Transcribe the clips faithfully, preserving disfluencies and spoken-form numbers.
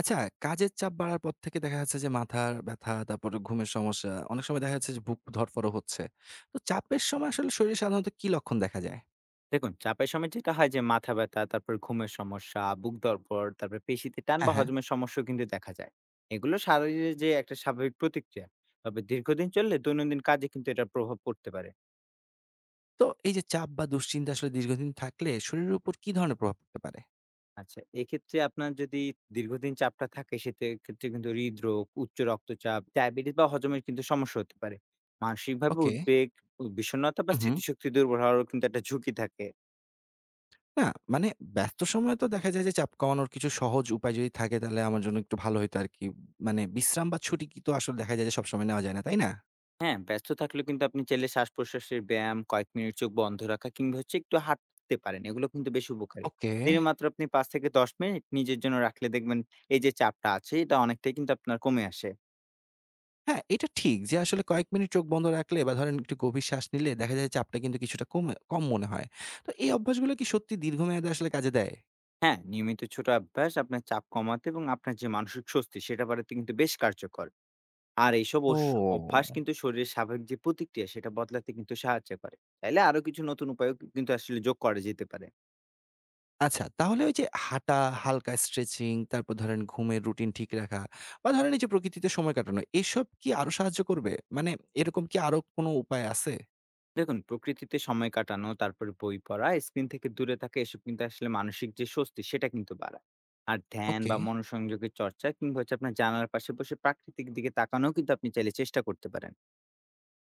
আচ্ছা, কাজের চাপ বাড়ার পর থেকে দেখা যাচ্ছে যে মাথার ব্যথা, তারপরে ঘুমের সমস্যা, অনেক সময় দেখা যাচ্ছে যে বুক ধড়ফড়ও হচ্ছে। তো চাপের সময় আসলে শরীরে সাধারণত কি লক্ষণ দেখা যায়? দেখুন, চাপের সময় যেটা হয় যে মাথা ব্যথা, তারপর ঘুমের সমস্যা, বুক ধড়ফড়, তারপরে পেশিতে টান হ্যাঁ, বা হ্যাঁ। হজমের সমস্যাও কিন্তু দেখা যায়। এগুলো শরীরের যে একটা স্বাভাবিক প্রতিক্রিয়া। তবে দীর্ঘদিন চললে দৈনন্দিন কাজে কিন্তু এটার প্রভাব পড়তে পারে। তো এই যে চাপ বা দুশ্চিন্তা আসলে দীর্ঘদিন থাকলে শরীরের উপর কি ধরনের প্রভাব পড়তে পারে? আচ্ছা, এক্ষেত্রে আপনার যদি দীর্ঘদিন চাপটা থাকে সেক্ষেত্রে কিন্তু হৃদরোগ, উচ্চ রক্তচাপ, ডায়াবেটিস বা হজমের কিন্তু সমস্যা হতে পারে। মানসিকভাবে ওকে। উদ্বেগ, বিষণ্ণতা বা হু, হু। স্মৃতিশক্তি দুর্বল হওয়ারও কিন্তু একটা ঝুঁকি থাকে। না, মানে ব্যস্ত সময়ে তো দেখা যায় যে চাপ কমানোর কিছু সহজ উপায় যদি থাকে তাহলে আমার জন্য একটু ভালো হইতো আরকি। মানে বিশ্রাম বা ছুটি কি তো আসলে দেখা যায় যে সবসময় নেওয়া যায় না, তাই না? হ্যাঁ, ব্যস্ত থাকলেও কিন্তু আপনি চাইলে শ্বাস-প্রশ্বাসের ব্যায়াম, কয়েক মিনিট চোখ বন্ধ রাখা কিংবা হচ্ছে একটু হাঁটতে পারেন। এগুলো কিন্তু বেশ উপকারী। ওকে। দিনে মাত্র আপনি পাঁচ থেকে দশ মিনিট নিজের জন্য রাখলে দেখবেন এই যে চাপটা আছে এটা অনেকটাই কিন্তু আপনার কমে আসে। হ্যাঁ, এটা ঠিক যে আসলে কয়েক মিনিট চোখ বন্ধ রাখলে বা ধরেন একটু গভীর শ্বাস নিলে দেখা যায় চাপটা কিন্তু কিছুটা কমে কম মনে হয়। তো এই অভ্যাসগুলো কি সত্যি দীর্ঘমেয়াদে আসলে কাজে দেয়? হ্যাঁ, নিয়মিত ছোট অভ্যাস আপনার চাপ কমাতে এবং আপনার যে মানসিক স্বস্তি সেটা বাড়াতে কিন্তু বেশ কার্যকর। আর এইসব অস অভ্যাস ও! কিন্তু শরীরের স্বাভাবিক যে প্রতিক্রিয়া সেটা বদলাতে কিন্তু সাহায্য করে। চাইলে আরো কিছু নতুন উপায়ও কিন্তু আসলে যোগ করা যেতে পারে। আচ্ছা তাহলে ওই যে হাঁটা, হালকা স্ট্রেচিং, তারপর ধরেন ঘুমের রুটিন ঠিক রাখা বা ধরেন এই যে প্রকৃতিতে সময় কাটানো এসব কি আরো সাহায্য করবে? মানে এরকম কি আরো কোনো উপায় আছে? দেখুন, প্রকৃতিতে সময় কাটানো, তারপরে বই পড়া, স্ক্রিন থেকে দূরে থাকা, এসব কিন্তু আসলে মানসিক যে স্বস্তি সেটা কিন্তু বাড়ায়। আর ধ্যান ওকে। বা মনোসংযোগের চর্চা কিংবা হচ্ছে আপনার জানালার পাশে বসে প্রাকৃতিক দিকে তাকানোও কিন্তু আপনি চাইলে চেষ্টা করতে পারেন।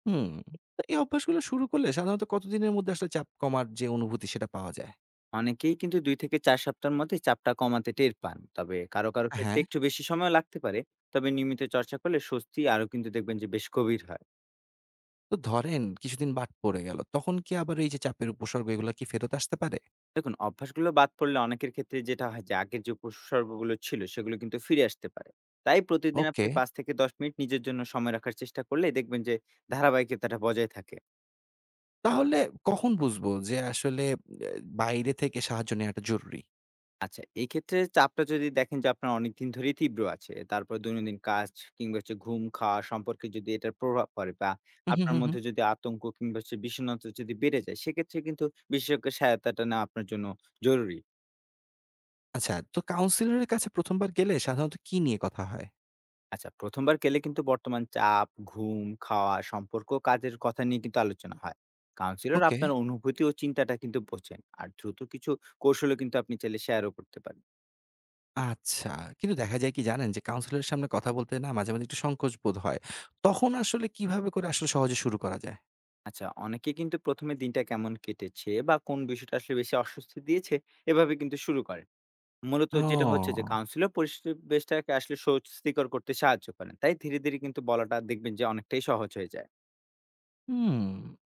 হুম। তো এই অভ্যাসগুলো শুরু করলে সাধারণত কতদিনের মধ্যে আসলে চাপ কমার যে অনুভূতি সেটা পাওয়া যায়? অনেকেই কিন্তু দুই থেকে চার সপ্তাহের মধ্যে চাপটা কমাতে টের পান, তবে কারো কারো ক্ষেত্রে হ্যাঁ। একটু বেশি সময় লাগতে পারে। তবে নিয়মিত চর্চা করলে স্বস্তি আরো কিন্তু দেখবেন যে বেশ গভীর হয়। তো ধরেন কিছুদিন বাদ পড়ে গেল। তখন কি আবার এই যে চাপের উপসর্গ এগুলা কি ফেরত আসতে পারে? দেখুন, অভ্যাসগুলো বাদ পড়লে অনেকের ক্ষেত্রে যেটা হয় যে আগের যে উপসর্গগুলো ছিল সেগুলো কিন্তু ফিরে আসতে পারে। তাই প্রতিদিন ওকে। আপনি পাঁচ থেকে দশ মিনিট নিজের জন্য সময় রাখার চেষ্টা করলে দেখবেন যে ধারাবাহিকতাটা বজায় থাকে। তাহলে কখন বুঝবো যে আসলে এ বাইরে থেকে সাহায্য নেওয়াটা জরুরি? আচ্ছা, এই ক্ষেত্রে চাপটা যদি দেখেন যে আপনার অনেকদিন ধরেই তীব্র আছে, তারপর দৈনন্দিন কাজ কিংবা হচ্ছে ঘুম, খাওয়া সম্পর্কে যদি এটার প্রভাব পড়ে, বা হু, হু, আপনার হু, হু। মধ্যে যদি আতঙ্ক কিংবা হচ্ছে বিষণ্ণতা যদি বেড়ে যায়, সেক্ষেত্রে কিন্তু বিশেষজ্ঞের সহায়তাটা নেওয়া আপনার জন্য জরুরি। আচ্ছা তো কাউন্সিলর এর কাছে প্রথম বার গেলে সাধারণত কি নিয়ে কথা হয়? আচ্ছা, প্রথম বার গেলে কিন্তু বর্তমান চাপ, ঘুম, খাওয়া, সম্পর্ক, কাজের কথা নিয়ে কিন্তু আলোচনা হয়। Counsellor okay. আপনার অনুভূতি ও চিন্তাটা কিন্তু বোঝেন। আর দ্রুত কিছু কৌশলও কিন্তু আপনি চাইলে শেয়ারও করতে পারেন। আচ্ছা। কিন্তু দেখা যায় কি জানেন যে কাউন্সিলর এর সামনে কথা বলতে না মাঝে, মাঝে একটু সংকোচ বোধ হয়। তখন আসলে কিভাবে করে আসলে সহজে শুরু করা যায়? আচ্ছা, অনেকে কিন্তু প্রথম এ দিনটা কেমন কেটেছে বা কোন বিষয়টা আসলে বেশি অস্বস্তি দিয়েছে, এভাবে কিন্তু শুরু করেন। মূলত যেটা হচ্ছে যে ও। কাউন্সিলর পরিবেশটাকে আসলে স্বস্তিকর করতে সাহায্য করেন। তাই ধীরে, ধীরে কিন্তু বলাটা দেখবেন যে অনেকটাই সহজ হয়ে যায়। হুম,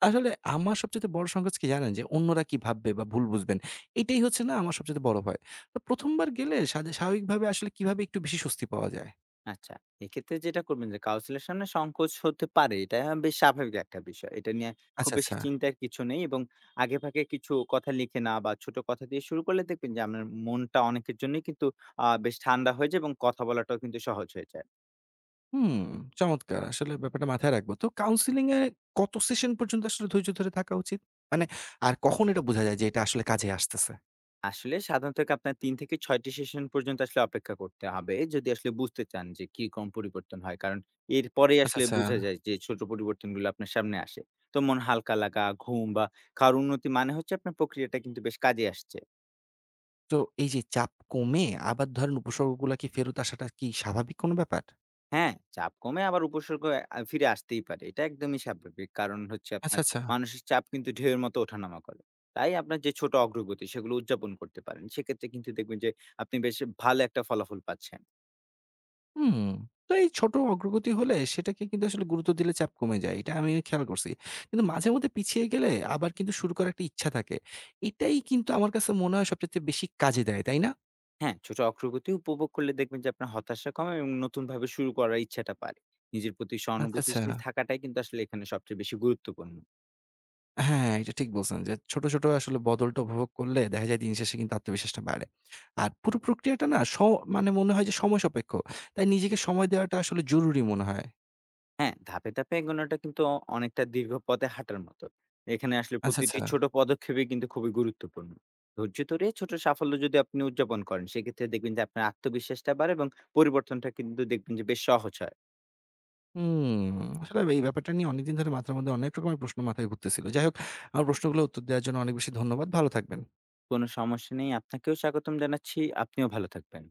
আসলে আমার সবচাইতে বড় সংকোচ কি জানেন? যে অন্যরা কি ভাববে বা ভুল বুঝবেন। এটাই হচ্ছে না আমার সবচাইতে বড় ভয়। তো প্রথম বার গেলে সাদে স্বাভাবিকভাবে আসলে কিভাবে একটু বেশি স্বস্তি পাওয়া যায়? আচ্ছা। এক্ষেত্রে যেটা করবেন যে কাউন্সিলের সামনে সংকোচ হতে পারে। এটা বেশ স্বাভাবিক একটা বিষয়। এটা নিয়ে খুব আচ্ছা, বেশি আচ্ছা। চিন্তার কিছু নেই, এবং আগেভাগে কিছু কথা লিখে নেওয়া বা ছোট কথা দিয়ে শুরু করলে দেখবেন যে আপনার মনটা অনেকের জন্যই কিন্তু আ বেশ ঠান্ডা হয়ে যায় এবং কথা বলাটাও কিন্তু সহজ হয়ে যায়। হুম, চমৎকার। আসলে ব্যাপারটা মাথায় রাখবো। তো কাউন্সেলিং এ কত সেশন পর্যন্ত আসলে ধৈর্য ধরে থাকা উচিত? মানে আর কখন এটা বোঝা যায় যে এটা আসলে কাজে আসতেছে? আসলে সাধারণত এক আপনার তিন থেকে ছয় টি সেশন পর্যন্ত আসলে অপেক্ষা করতে হবে, যদি আসলে বুঝতে চান যে কি কম পরিবর্তন হয়। কারণ এরপরেই আচ্ছা, আসলে আচ্ছা। বোঝা যায় যে ছোট পরিবর্তনগুলো আপনার সামনে আসে। তো মন হালকা লাগা, ঘুম বা খাওয়ার উন্নতি মানে হচ্ছে আপনার প্রক্রিয়াটা কিন্তু বেশ কাজে আসছে। তো এই যে চাপ কমে আবার ধরেন উপসর্গগুলা কি ফেরত আসাটা কি স্বাভাবিক কোনো ব্যাপার? হ্যাঁ, চাপ কমে আবার উপসর্গ আ ফিরে আসতেই পারে। এটা একদমই স্বাভাবিক। কারণ হচ্ছে আচ্ছা, আপনার আচ্ছা। মানসিক চাপ কিন্তু ঢেউয়ের মতো ওঠানামা করে। তাই আপনার যে ছোট অগ্রগতি সেগুলো উদযাপন করতে পারেন। সেক্ষেত্রে কিন্তু দেখবেন যে আপনি বেশ ভালো একটা ফলাফল পাচ্ছেন। হুম। তো এই ছোট অগ্রগতি হলে সেটাকে কিন্তু আসলে গুরুত্ব দিলে চাপ কমে যায়। এটা আমি খেয়াল করছি। কিন্তু মাঝে মধ্যে পিছিয়ে গেলে আবার কিন্তু শুরু করার একটা ইচ্ছা থাকে। এটাই কিন্তু আমার কাছে মনে হয় সবচাইতে বেশি কাজে দেয়, তাই না? হ্যাঁ, ছোট অগ্রগতি উপভোগ করলে দেখবেন যে আপনার হতাশা কমে এবং নতুনভাবে শুরু করার ইচ্ছাটা বাড়ে। নিজের প্রতি আচ্ছা, আচ্ছা। সহানুভূতিশীল থাকাটাই কিন্তু আসলে এখানে সবচেয়ে বেশি গুরুত্বপূর্ণ। হ্যাঁ, এটা ঠিক বলছেন যে ছোট, ছোট আসলে বদলটা উপভোগ করলে দেখা যায় দিন শেষে কিন্তু আত্মবিশ্বাসটা বাড়ে। আর পুরো প্রক্রিয়াটা না স মানে মনে হয় যে সময় সাপেক্ষ। তাই নিজেকে সময় দেওয়াটা আসলে জরুরি মনে হয়। হ্যাঁ, ধাপে, ধাপে এগোনোটা কিন্তু অ অনেকটা দীর্ঘ পথে হাঁটার মতো। এখানে আসলে আচ্ছা, আচ্ছা। প্রতিটি ছোট পদক্ষেপই কিন্তু খুবই গুরুত্বপূর্ণ। ধৈর্য ধরে ছোট সাফল্য যদি আপনি উদযাপন করেন, সেক্ষেত্রে দেখবেন যে আপনার আত্মবিশ্বাসটা বাড়ে এবং পরিবর্তনটা কিন্তু দেখবেন যে বেশ সহজ হয়। হুম, আসলে এই ব্যাপারটা নিয়ে অনেকদিন ধরে মাথার মধ্যে অনেক রকমের প্রশ্ন মাথায় ঘুরতেছিল। যাই হোক, আমার প্রশ্নগুলোর উত্তর দেওয়ার জন্য অনেক বেশি ধন্যবাদ। ভালো থাকবেন। কোনো সমস্যা নেই। আপনাকেও স্বাগতম জানাচ্ছি। আপনিও ভালো থাকবেন।